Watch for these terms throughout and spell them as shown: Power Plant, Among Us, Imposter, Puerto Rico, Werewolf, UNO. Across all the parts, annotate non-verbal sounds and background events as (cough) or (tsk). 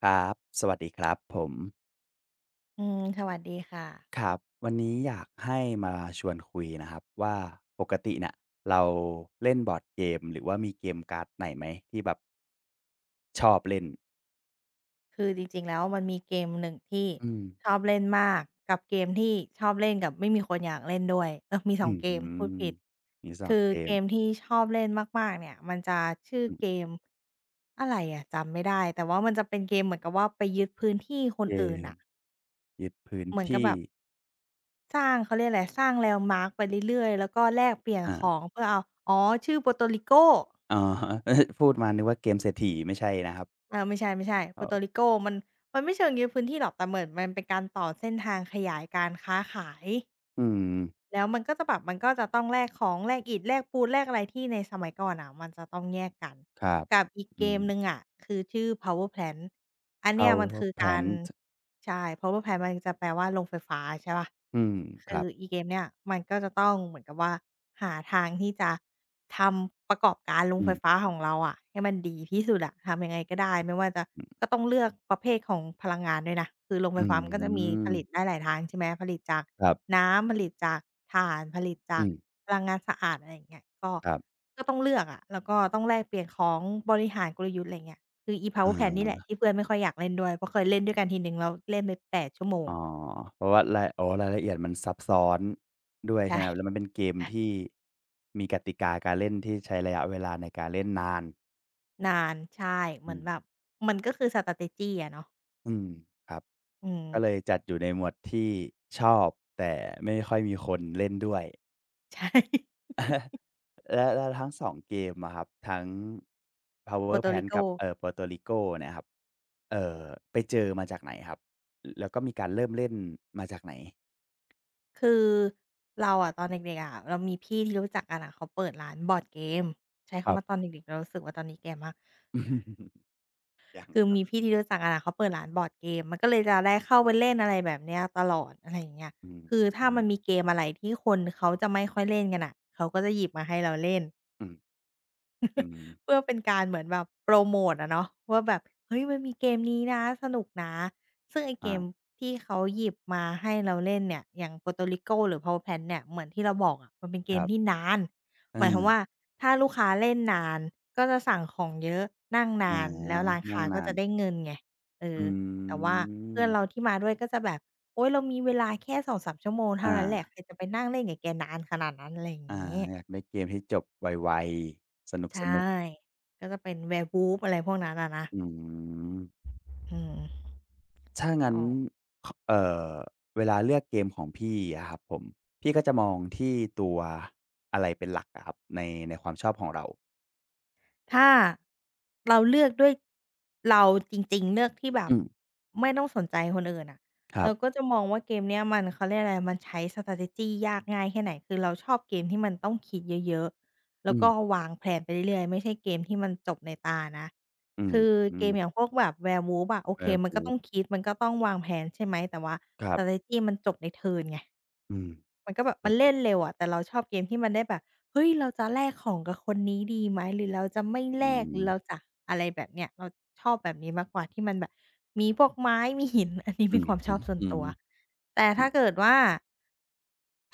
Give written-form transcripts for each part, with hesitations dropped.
ครับสวัสดีครับผมอืมสวัสดีค่ะครับวันนี้อยากให้มาชวนคุยนะครับว่าปกติเนี่ยเราเล่นบอร์ดเกมหรือว่ามีเกมการ์ดไหนไหมที่แบบชอบเล่นคือจริงๆแล้วมันมีเกมหนึ่งที่อืมชอบเล่นมากกับเกมที่ชอบเล่นกับไม่มีคนอยากเล่นด้วยมีอืสองมเกมพูดผิดมีสองคือเกเกมมที่ชอบเล่นมากๆเนี่ยมันจะชื่ออืเกมมอะไรจำไม่ได้แต่ว่ามันจะเป็นเกมเหมือนกับว่าไปยึดพื้นที่คนเกอื่นมน่ะยึดพื้นเหมือนกับที่แบบสร้างเขาเรียกอะไรสร้าง landmark ไปเรื่อยๆแล้วก็แลกเปลี่ยนอ่าของเพื่อเอาอ๋อชื่อ Puerto Rico อ๋อ (laughs) พูดมานึกว่าเกมเศรษฐีไม่ใช่นะครับไม่ใช่ไม่ใช เอ่ Puerto อ Rico มันไม่เชิงยึดพื้นที่หรอกแต่เหมือนมันเป็นการต่อเส้นทางขยายการค้าขายอืมแล้วมันก็จะแบบมันก็จะต้องแลกของแลกอิฐแลกปูนแลกอะไรที่ในสมัยก่อนน่ะมันจะต้องแยกกันครับกับอีกอืเกมม หนึ่งอะคือชื่อ Power Plant อันเนี้ยมัน Power คือการ Plant ใช่ Power Plant มันจะแปลว่าโรงไฟฟ้าใช่เปล่าอืมคคือรับอีเกมเนี้ยมันก็จะต้องเหมือนกับว่าหาทางที่จะ ทำประกอบการโรงอืไฟมฟ้าของเราอะให้มันดีที่สุดอะทำยังไงก็ได้ไม่ว่าจะก็ต้องเลือกประเภทของพลังงานด้วยนะคือโรงไฟอืฟ้ามันก็จะมีผมลิตได้หลายทางใช่ไหมผลิตจากครับน้ำผลิตจากถ่านผลิตจาอืกมพลังงานสะอาดอะไรอย่างเงี้ยก็ครับก็ต้องเลือกอะแล้วก็ต้องแลกเปลี่ยนของบริหารกลยุทธ์อะไรเงี้ยคืออี อ Power Plant นี่แหละา ที่เพื่อนไม่ค่อยอยากเล่นด้วยเพราะเคยเล่นด้วยกันทีหนึ่งแล้วเล่นไป8 ชั่วโมงอ๋อเพราะว่ารายอ๋อรายละเอียดมันซับซ้อนด้วยใช่ใช่ ไหมครับแล้วมันเป็นเกม (laughs) ๆที่มีกติกาการเล่นที่ใช้ระยะเวลาในการเล่นนานนานใช่เหอืมือนมแบบมันก็คือ strategy อะเนาะอืมครับอืม ก็เลยจัดอยู่ในหมวดที่ชอบแต่ไม่ค่อยมีคนเล่นด้วย (laughs) ใช่ (laughs) แล้วแล้วทั้งสองเกมอะครับทั้ง Puerto Powerplants กับ Rico Puerto Rico เนี่ยครับเอ่อไปเจอมาจากไหนครับแล้วก็มีการเริ่มเล่นมาจากไหนคือเราอะตอนเด็กๆอะเรามีพี่ที่รู้จักกันอะเขาเปิดร้านบอร์ดเกมใช้ครัคำบ ว่าตอนเด็กๆเรารู้สึกว่าตอนนี้แก่มาก (laughs) ยังคือครับมีพี่ที่รู้จักกันอ่ะเขาเปิดร้านบอร์ดเกมมันก็เลยจะได้เข้าไปเล่นอะไรแบบเนี้ยตลอดอะไรอย่างเงี้ยอืมคืออืถ้ามมันมีเกมอะไรที่คนเขาจะไม่ค่อยเล่นกันน่ะเขาก็จะหยิบมาให้เราเล่น อืมอืม เพื่อเป็นการเหมือนแบบโปรโมตอะเนาะว่าแบบเฮ้ยมันมีเกมนี้นะสนุกนะซึ่งไอ้เกมอาที่เขาหยิบมาให้เราเล่นเนี่ยอย่าง Puerto Rico หรือ p a w e r p l a n เนี่ยเหมือนที่เราบอกอะมันเป็นเกคมรัที่บนานเอหมายความว่าอถ้าลูกค้าเล่นนานก็จะสั่งของเยอะนั่งนาอานแล้วร้านนั่ค้างก็นานจะได้เงินไงเอออืแต่ว่าเพื่มอนเราที่มาด้วยก็จะแบบโอ๊ยเรามีเวลาแค่2-3ชั่วโมงเท่าอานั้นแหละใครจะไปนั่งเล่นกับแกนานขนาดนั้นอะไรอย่างอางี้ อยากได้เกมที่จบไวๆสใช่ นุกๆก็จะเป็น werewolf อะไรพวกนั้นอะนะอืมอืมถ้างั้นออกขเอ่อเวลาเลือกเกมของพี่อะครับผม พี่ก็จะมองที่ตัวอะไรเป็นหลักอะครับในในความชอบของเราถ้าเราเลือกด้วยเราจริงๆเลือกที่แบบอืมไม่ต้องสนใจคนอื่นอะครัเราก็บจะมองว่าเกมเนี้ยมันเขาเรียกอะไรมันใช้ strategy ยากง่ายแค่ไหนคือเราชอบเกมที่มันต้องคิดเยอะๆแล้อืวก็มวางแพลนไปเรื่อยๆไม่ใช่เกมที่มันจบในตานะอืมคืออืเกม มอย่างพวกแบบ werewolf อะโอเคมันก็ต้อ Werewolf งคิดมันก็ต้องวางแพลนใช่ไหมแต่ว่า ครับ strategy มันจบในเทิร์นไง อืมมันก็แบบอืมันเล่มนเร็วอะแต่เราชอบเกมที่มันได้แบบเฮ้ยเราจะแลกของกับคนนี้ดีไหมหรือเราจะไม่แลกหรือเราจะอะไรแบบเนี้ยเราชอบแบบนี้มากกว่าที่มันแบบมีพวกไม้ (laughs) มีหินอันนี้อืเป็นอความชฮึอบส่วนอืตัมวแต่ถ้าเกิดว่า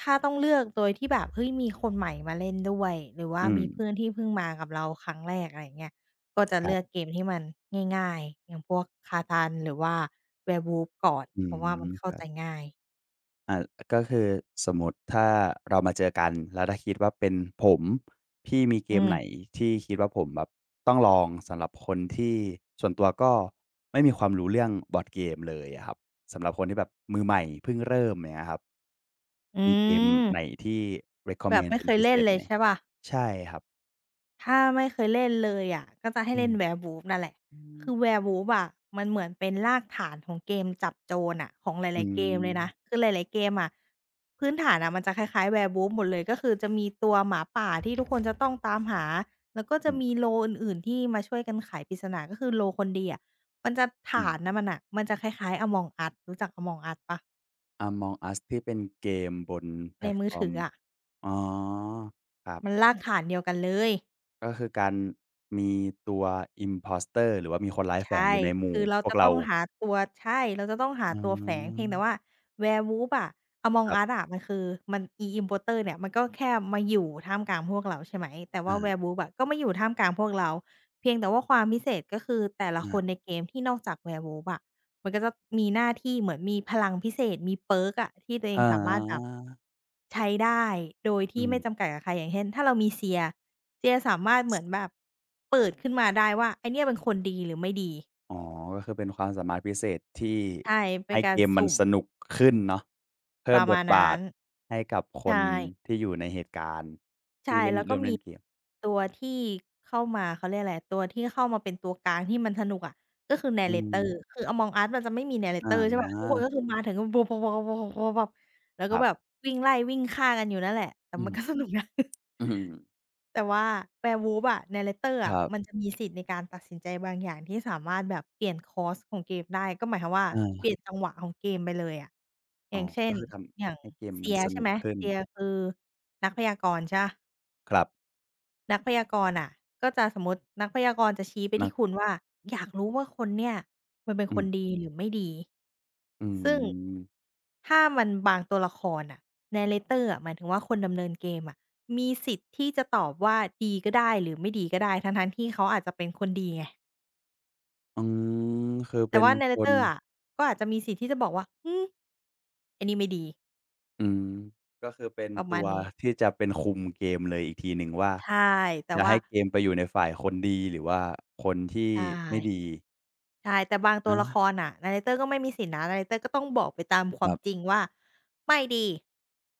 ถ้าต้องเลือกโดยที่แบบเฮ้ยมีคนใหม่มาเล่นด้วยหรือว่าอืมมีเพื่อนที่เพิ่งมากับเราครั้งแรกอะไรอย่างเงี้ยก็จะครัเลือกบเกมที่มันง่ายๆอย่างพวก Catan หรือว่า Werewolf ก่อนอืเพราะว่ามัมนคเข้ารัใจบ ง่ายอ่าก็คือสมมุติถ้าเรามาเจอกันแล้วถ้าคิดว่าเป็นผมพี่มีเกอืมไหนมที่คิดว่าผมแบบต้องลองสำหรับคนที่ส่วนตัวก็ไม่มีความรู้เรื่องบอร์ดเกมเลยอะครับสำหรับคนที่แบบมือใหม่เพิ่งเริ่มอย่างเงี้ยครับอืมีเกมม ไหนที่ แบบ recommend ไม่เป็นเคยพิเศเล่นษเลไหมยใช่เปล่าใช่ครับถ้าไม่เคยเล่นเลยอะก็จะให้เล่น Werewolf นั่นแหละอืมคือ Werewolf อะมันเหมือนเป็นรากฐานของเกมจับโจรอะของหอืลายๆเกมมเลยนะคือหลายๆเกมอะพื้นฐานอะมันคล้ายๆ Werewolf หมดเลยก็คือจะมีตัวหมาป่าที่ทุกคนจะต้องตามหา แล้วก็อืจะมีมโลอื่นๆที่มาช่วยกันไขปริศนาก็คือโลคนดีอะมันจะอืฐาม นน่ะมันน่ะมันจะคล้ายๆ Among Us รู้จัก Among Us เปล่า Among Us ที่เป็นเกมบนแพลในตมืฟออร์ถืมออะอ๋อครัมันบ รากฐานเดียวกันเลย ก็คือการมีตัว Imposter หรือว่ามีคนร้ายแฝงใช่อยู่ในหมู่คือเราพวกจะเราต้องหาตัวใช่ เราจะต้องหาอืตัวแฝงเพียงแต่ว่า ม Werewolf อะ ค Among รั Us บอะมันคือมันอี Imposter เนี่ยมันก็แค่มาอยู่ท่ามกลางพวกเราใช่ไหมแต่ว่า อา Werewolf อะก็มาอยู่ท่ามกลางพวกเราเพียงแต่ว่าความพิเศษก็คือแต่ละคนในๆเกมที่นอกจาก Werewolf อะมันก็จะมีหน้าที่เหมือนมีพลังพิเศษมี perk อะที่ตัวเออ๋งสามารถแบบอใช้ได้โดยอืที่ไม่จำมกัดกับใครอย่างเช่นถ้าเรามีเซียร์ เจียสามารถเหมือนแบบเปิดขึ้นมาได้ว่าไอ้เนี่ยเป็นคนดีหรือไม่ดีอ๋อก็คือเป็นความสามารถพิเศษที่ใช่เป็ให้นกาเกรมมันสุ่มสนุกขึ้นเนาะปเพิ่มระบมาทณบานั้ทนให้กับคใช่นที่อยู่ในเหตุการณ์ใช่ที่เล่นแล้วร่ก็วมมีเล่นเกมตัวที่เข้ามาเขาเรียกอะไรตัวที่เข้ามาเป็นตัวกลางที่มันสนุกอะก็คือ อืม narrator คือ Among Us มันจะไม่มี อา narrator ใช่เปล่าทุกคนก็คือมาถึงก็แล้วคก็รัแบบบวิ่งไล่วิ่งฆ่ากันอยู่นั่นแหละแต่อืมัม นก็สนุกนะ (laughs) (coughs) อืมแต่ว่า Werewolf อะ narrator คอะรัมันบจะมีสิทธิ์ในการตัดสินใจบางอย่างที่สามารถแบบเปลี่ยนคอร์สของเกมได้ก็หมายความว่าอเปาลี่ยนจังหวะของเกมไปเลยอะออ๋อย่างเช่ก็นคือทอย่าง ำให้เกมมัน Seer สใช่นุกไหม ขึ้น Seer คือนักพยากรณ์ใช่เปล่าครับนักพยากรณ์อะก็จะสมมุตินักพยากรณ์จะชี้ไปนัที่กคุณว่าอยากรู้ว่าคนเนี่ยมันเป็นอืคนมดีหรือไม่ดี อืซึ่งม ถ้ามันบางตัวละครน่ะ narrator อะหมายถึงว่าคนดำเนินเกมอะมีสิทธิ์ที่จะตอบว่าดีก็ได้หรือไม่ดีก็ได้ทั้งๆที่เขาอาจจะเป็นคนดีไงอืมคือแต่เป็นว่า คน narrator อะก็อาจจะมีสิทธิ์ที่จะบอกว่าไอ้นี่ไม่ดีอืมก็คือเป็นประมาตัณวนี้ที่จะเป็นคุมเกมเลยอีกทีหนึ่งว่าใช่แต่จะให้ว่าเกมไปอยู่ในฝ่ายคนดีหรือว่าคนที่ใช่ไม่ดีใช่แต่บางตัวละคอารน่ะ narrator ก็ไม่มีสิทธิ์นะ narrator ก็ต้องบอกไปตามคความรัจริบงว่าไม่ดี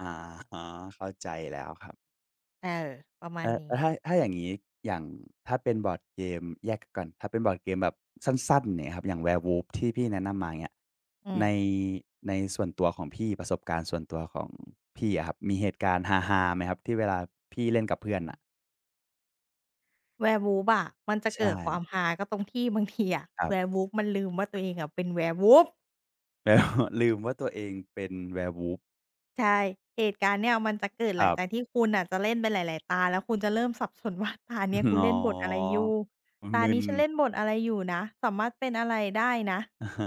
อะฮะเข้าใจแล้วครับเออประมาณเอ้แล้วนี้ถ้าถ้าอย่างงี้อย่างถ้าเป็นบอร์ดเกมแยกก่อนถ้าเป็นบอร์ดเกมแบบสั้นๆเนี่ยครับอย่าง Werewolf ที่พี่แนะนำมาอย่างเงี้ยอืม ในในส่วนตัวของพี่ประสบการณ์ส่วนตัวของพี่อะครับมีเหตุการณ์ฮาๆไหมครับที่เวลาพี่เล่นกับเพื่อนน่ะ werewolf อะมันจะใช่เกิดความฮาก็ตรงที่ (laughs) บางทีอะ ครับ werewolf มันลืมว่าตัวเองอะเป็น werewolf (laughs) แล้วลืมว่าตัวเองเป็น Werewolf ใช่เหตุการณ์เนี่ยมันจะเกิดคหลังรัจากบ ที่คุณน่ะจะเล่นไปหลายๆตาแล้วคุณจะเริ่มสับสนว่าตาเนี้ยกู (laughs) อ๋อเล่นบทอะไรอยู่ตามึน นี้ฉันเล่นบทอะไรอยู่นะสามารถเป็นอะไรได้นะ (laughs) อะฮ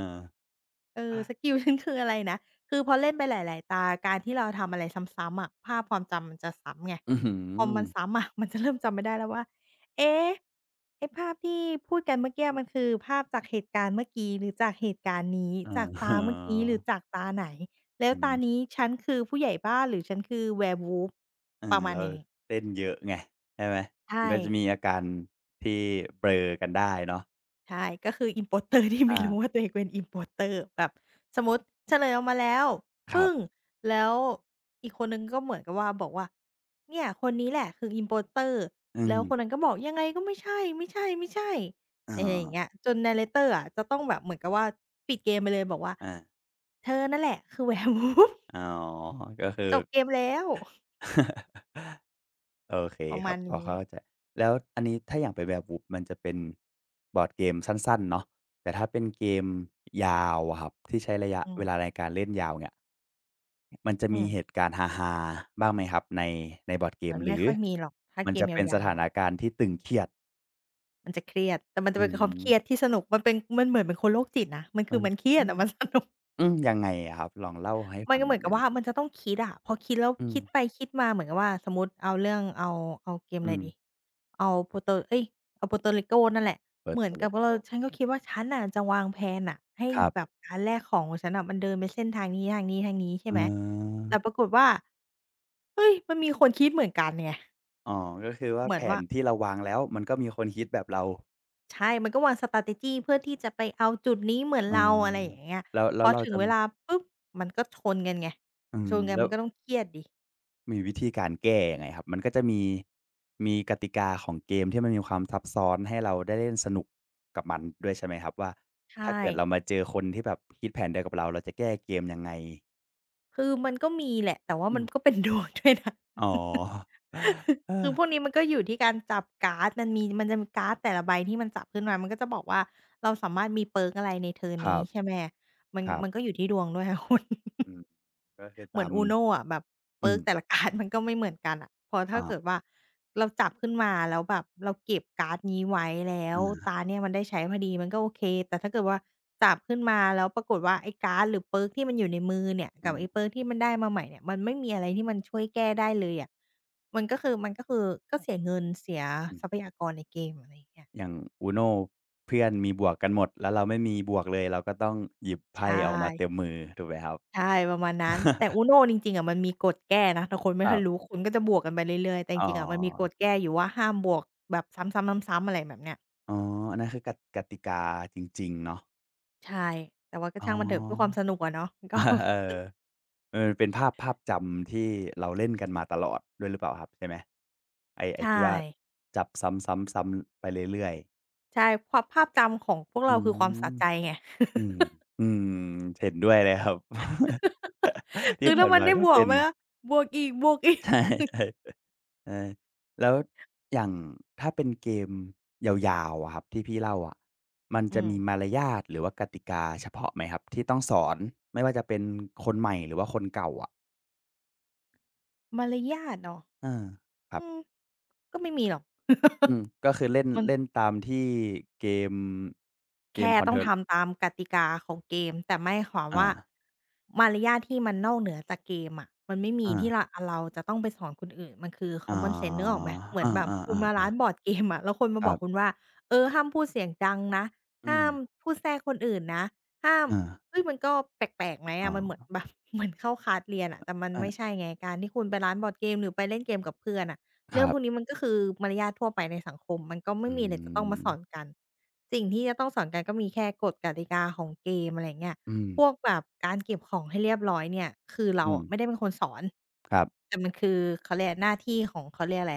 เออะสกิล (laughs) ฉันคืออะไรนะคือพอเล่นไปหลายๆตาการที่เราทำอะไรซ้ำๆอะภาพความจำมันจะซ้ำไงอื้อฮืพออ มันซ้ำอะ (laughs) มันจะเริ่มจำไม่ได้แล้วว่าเอ๊ะไอ้ภาพที่พูดกันเมื่อกี้มันคือภาพจากเหตุการณ์เมื่อกี้หรือจากเหตุการณ์นี้ (laughs) อะจากฮตาเมื่อกี้หรืะอจากตาไหนแล้วอืตานี้มฉันคือผู้ใหญ่บ้านหรือฉันคือ Werewolf เอปอระมาณแล้วนี้เต้นเยอะไงใช่ไหมมันใช่ ก็จะมีอาการที่เบลอกันได้เนาะใช่ก็คือ importer ที่ไม่อารู้ว่าตัวเองเป็น importer แบบสมมุติเฉลยออกมาแล้วครัปึ้งบแล้วอีกคนหนึ่งก็เหมือนกับว่าบอกว่าเนี่ยคนนี้แหละคือ importer" อืแล้วคนนั้นมก็บอกยังไงก็ไม่ใช่ๆอ๋อๆอะไรอย่างเงี้ยจน narrator อะจะต้องแบบเหมือนกับว่าปิดเกมไปเลยบอกว่าอาเธอนั่นแหละคือ (laughs) werewolf อ๋อก็คือ จบเกมแล้ว (laughs) โอเคประคมารับณพอนี้เข้าใจแล้วอันนี้ถ้าอย่างเป็น Werewolf มันจะเป็นบอร์ดเกมสั้นๆเนาะแต่ถ้าเป็นเกมยาวอะครับที่ใช้ระยะอืเวลาในการเล่นยาวเนี่ยมันจะมมีเหๆตุการณ์ฮาๆบ้างไหมครับในในบอร์ดเกมมันหไม่รือค่อยมีหรอกถ้ามันเกจะมเป็นสยาวถาๆนอะ การณ์ที่ตึงเครียดมันจะเครียด แต่มันจะอืเป็นความเคมรียดที่สนุกมันเป็นมันเหมือนเป็นคนโรคจิตนะ มันมัคือนมันเครียอืดมอะมันสนุก อืมยังไงอะครับลองเล่าให้ (laughs) มันฟังก็หเหน่มืออยนกัได้บไหมว่ามันจะต้องคิดอะพอคิดแล้วอืมคิดไปคิดมาเหมือนกับว่าสมมุติเอาเรื่องเอาเอาเกมอะอืไรมดีเอา Puerto เอ๊ยเอา Puerto Rico นั่นแหละเปิดเหมือตันวเลกับว่าเราโก้ฉันก็คิดว่าฉันน่ะจะวางแพลนน่ะให้ครัแบบบการแลกของของฉันน่ะมันเดินไปเส้นทางนี้ทางนี้ทางนี้ใช่อ๋ไหมอแต่ปรากฏว่าเฮ้ยมันมีคนคิดเหมือนกันไงอ๋อก็คือว่าเหมืแผอนว่า นที่เราวางแล้วมันก็มีคนคิดแบบเรา ใช่ มันก็วาง strategy เพื่อที่จะไปเอาจุดนี้เหมือนเอ๋อเราอะไรอย่างเงี้ยแล้วพแล้วอเราถึงจะเวลาปุ๊บมันก็ชนกันไงอืมชนกันแล้มัวนก็ต้องเครียดดิมีวิธีการแก้ยังไงครับมันก็จะมีมีกติกาของเกมที่มันมีความซับซ้อนให้เราได้เล่นสนุกกับมันด้วยใช่ไหมครับว่าใชถ้า่เกิดเรามาเจอคนที่แบบคิดแผนเดียวกับเราเราจะแก้เกมยังไงคือมันก็มีแหละแต่ว่าอืมันก็มเป็นดวงด้วยนะ (laughs) อ๋อ (laughs) เอคือพวกอนี้มันก็อยู่ที่การจับการ์ดมันมีมันจะมีการ์ดแต่ละใบที่มันจับขึ้นมามันก็จะบอกว่าเราสามารถมีเพิร์กอะไรในเทิร์นครันี้บใช่ไหมมันครัมันก็บอยู่ที่ดวงด้วย (laughs) ค่ะคุณ อืมก็คือเหมือตาน ม UNO อะแบบอืเพิร์กแต่มละ (laughs) การ์ดมันก็ไม่เหมือนกันอะพอถ้าอาเกิดว่าเราจับขึ้นมาแล้วแบบเราเก็บการ์ดนี้ไว้แล้วอาตาเนี่ยมันได้ใช้พอดีมันก็โอเคแต่ถ้าเกิดว่าจับขึ้นมาแล้วปรากฏว่าไอ้การ์ดหรือเพิร์กที่มันอยู่ในมือเนี่ยอืกับไอ้มเพิร์กที่มันได้มาใหม่เนี่ยมันไม่มีอะไรที่มันช่วยแก้ได้เลยอะมันก็คือก็เสียเงินเสียอืมทรัพยากรในเกมอะไรอย่างเงี้ยอย่าง UNO เพื่อนมีบวกกันหมดแล้วเราไม่มีบวกเลยเราก็ต้องหยิบไพ่ใช่ ออกมาเต็มมือถูกไหมครับ ใช่ประมาณนั้นแต่ (laughs) UNO จริงๆอะมันมีกฎแก้นะแต่คนไม่ครัค่อยรู้บคุณก็จะบวกกันไปเรื่อยๆแต่จอ๋ริงๆอะมันมีกอฎแก้อยู่ว่าห้ามบวกแบบซ้ำๆๆๆอะไรแบบเนี้ยอ๋ออันนั้นคือกติกติกาจริงๆ เนาะใช่แต่ว่าก็อ๋อ ช่างมันเถอะเพื่อความสนุกอะเนาะ (laughs) (laughs) ก็เออเออเป็นภาพภาพจำที่เราเล่นกันมาตลอดด้วยหรือเปล่าครับใช่ไหมไอ้ไอ้ที่ใช่ว่าจับซ้ำๆๆไปเรื่อยๆใช่ความภาพจำของพวกอืเรามคือความสะใจไง อืม (laughs) อืมเห็นด้วยเลยครับ (laughs) ที่คือผ่าถ้านมันมาได้ก็บวกเป็น ไปแล้ว (laughs) บวกอีกบวกอีกใช่ๆ เออแล้วอย่างถ้าเป็นเกมยาวๆอะครับที่พี่เล่าอะมันจะอืมมีมารยาทหรือว่ากติกาเฉพาะไหมครับที่ต้องสอนไม่ว่าจะเป็นคนใหม่หรือว่าคนเก่าอะมารยาทเหรอเออครับอืมก็ไม่มีหรอก อื (laughs) มก็คือเล่นมัน เล่นตามที่เกมเกมแค่ค o u n ต้ t อง e r ทำตามกติกาของเกมแต่ไม่ความอาว่ามารยาทที่มันนอกเหนือจากเกมอะมันไม่มีอาที่เราจะต้องไปสอนคนอื่นมันคือ อ๋อ common sense นเซนส์นึกออกไหมเหมืออนแบบคุณมาร้าานๆบอร์ดเกมอะแล้วคนๆมาคบรัอกบคุณว่าเออห้ามพูดเสียงดังนะอืห้ามมพูดแทรกคนอื่นนะห้ามอาเฮ้ยมันก็แปลกๆไหมอ๋ออะมันเหมือน (laughs) แบบเหมือนเข้าคลาสเรียนอะแต่มันไม่อาใช่ไงการที่คุณไปร้านบอร์ดเกมหรือไปเล่นเกมกับเพื่อนอะคเรื่องรัพวกบนี้มันก็คือมารยาททั่วไปในสังคมมันก็ไม่อืมีอะไรจะต้องมามสอนกัน สิ่งที่จะต้องสอนกันก็มีแค่กฎกติกาของเกมอะไรอย่างเงี้ยอืมพวกแบบการเก็บของให้เรียบร้อยเนี่ยคือเราอืมอะไม่ได้เป็นคนสอนครับแต่มันคือเขาเรียกหน้าที่ของเขาเรียกอะไร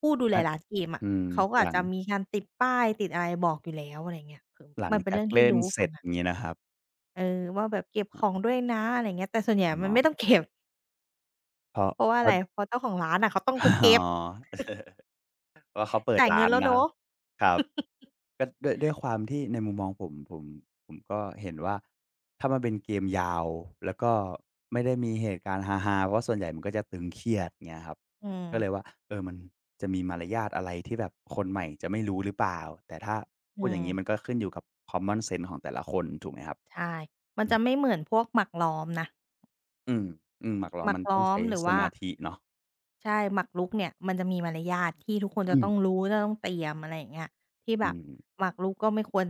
ผู้ดูแลนัดร้านเกมอะอืมเขาก็หอาลัจง จะมีการติดป้ายติดอะไรบอกอยู่แล้วอะไรอย่างเงี้ยคือหลังมันเป็นจากเรื่องที่เล่นรู้เสกัร็นจอน่ะย่างงี้นะครับเออว่าแบบเก็บของด้วยนะอะไรอย่างเงี้ยแต่ส่วนใหญ่อ๋มัอนไม่ต้องเก็บเพราะเพราะว่าเพอะราะ ไรเพราะเจ้าของร้านน่ะเขาต้อง (laughs) ไปอ๋อเก็บว่าเขาเปิดจ่ายร้าเงินนแล้วนะครับเนาะ ครับ (laughs) ก็ด้วยด้วยความที่ในมุมมองผมผมผมก็เห็นว่าถ้ามันเป็นเกมยาวแล้วก็ไม่ได้มีเหตุการณ์ฮาๆเพราะส่วนใหญ่มันก็จะตึงเครียดเงี้ยครับอืมก็เลยว่าเออมันจะมีมารยาทอะไรที่แบบคนใหม่จะไม่รู้หรือเปล่าแต่ถ้าอืพูดอย่ามงงี้มันก็ขึ้นอยู่กับ common sense ของแต่ละคนถูกไหมครับใช่มันอืจะมไม่เหมือนพวกหมากล้อมนะ อืมๆหมากล้อหมมักมันต้องล้อใช้มหรือสว่ามาธิเนาะใช่หมักรุกเนี่ยมันจะมีมารยาทที่ทุกคนจะอืมต้องรู้จะต้องเตรียมอะไรอย่างเงี้ยที่แบอืบมหมากรุกก็ไม่ควร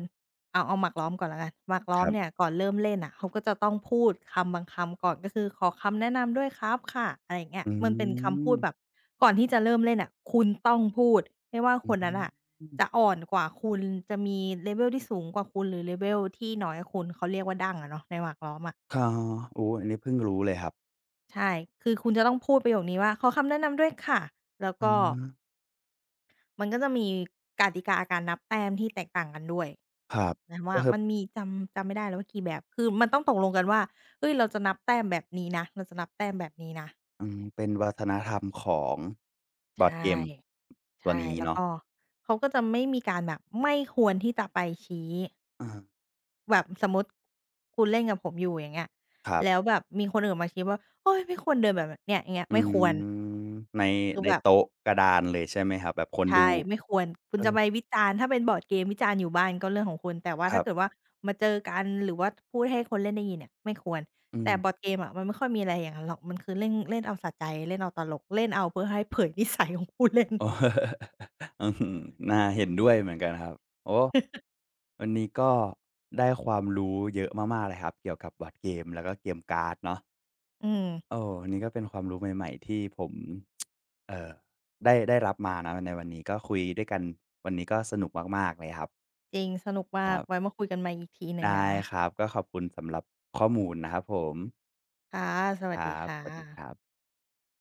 เอาหมากล้อมก่อนแล้วกันหมากล้อคมรัเนี่ยบ ก่อนเริ่มเล่นน่ะเขาก็จะต้องพูดคำบางคำก่อนก็คือขอคำแนะนำด้วยครับค่ะอะไรอย่างเงี้ยอืมันเป็นคำพูดแบบมก่อนที่จะเริ่มเล่นน่ะคุณต้องพูดไม่ว่าอืคนนั้นน่ะมจะอ่อนกว่าคุณจะมี level ที่สูงกว่าคุณหรือ level ที่น้อยกว่าคุณเขาเรียกว่าดั้งอะเนาะในหมากล้อมอะ ค่ะโอ้อันนี้เพิ่งรู้เลยครับใช่คือคุณจะต้องพูดประโยคนี้ว่าขอคำแนะนำด้วยค่ะ แล้วอ๋ก็อมันก็จะมีกติกาการนับแต้มที่แตกต่างกันด้วยครับหมายความก็ว่าคือมันมีจำไม่ได้แล้วว่ากี่แบบคือมันต้องตกลงกันว่าเฮ้ยเราจะนับแต้มแบบนี้นะเราจะนับแต้มแบบนี้นะอืมเป็นวัฒนธรรมของบใชอร์ดเก่มตัวใช่นี้แล้วเนาะก็เขาก็จะไม่มีการแบบไม่ควรที่จะไปชี้อาแบบสมมุติคุณเล่นกับผมอยู่อย่างเงี้ยครัแล้วบแบบมีคนอื่นมาชี้ว่าโอ๊ยไม่ควรเดินแบบนั้นเนี่ยอย่างเงี้ยอืไม่ควรมในคือในแบบ โต๊ะกระดานเลยใช่ไหมครับแบบคนดูใช่ไม่ควรคุเอณอจะไปวิจารณ์ถ้าเป็นบอร์ดเกมวิจารณ์อยู่บ้านก็เรื่องของคุณแต่ว่าครัถ้าเกิดบว่ามาเจอกันหรือว่าพูดให้คนเล่นได้ยินเนี่ยไม่ควรอืม แต่บอ (laughs) ร์ดเกมอะมันไม่ค่อยมีอะไรอย่างนั้นหรอกมันคือเล่นเล่นเอาสะใจเล่นเอาตลกเล่นเอาเพื่อให้เผยนิสัยของผู้เล่น อ๋ออืมน่าเห็นด้วยเหมือนกันครับ โอ้ (laughs) วันนี้ก็ได้ความรู้เยอะมากๆเลยครับเกี่ยวกับบอร์ดเกมแล้วก็เกมการ์ดเนาะ อืมโอ้อันนี้ก็เป็นความรู้ใหม่ๆที่ผม (tsk) เอ่อได้ได้รับมานะ ในวันนี้ก็คุยด้วยกัน วันนี้ก็สนุกมากๆเลยครับจริงสนุกคมากรัไว้บมาคุยกันใหม่อีกทีหนึ่งได้นะครับ ก็ขอบคุณสำหรับข้อมูลนะครับผม ค่ะสควัสรัดีบ ค่ะสวัสดีครับ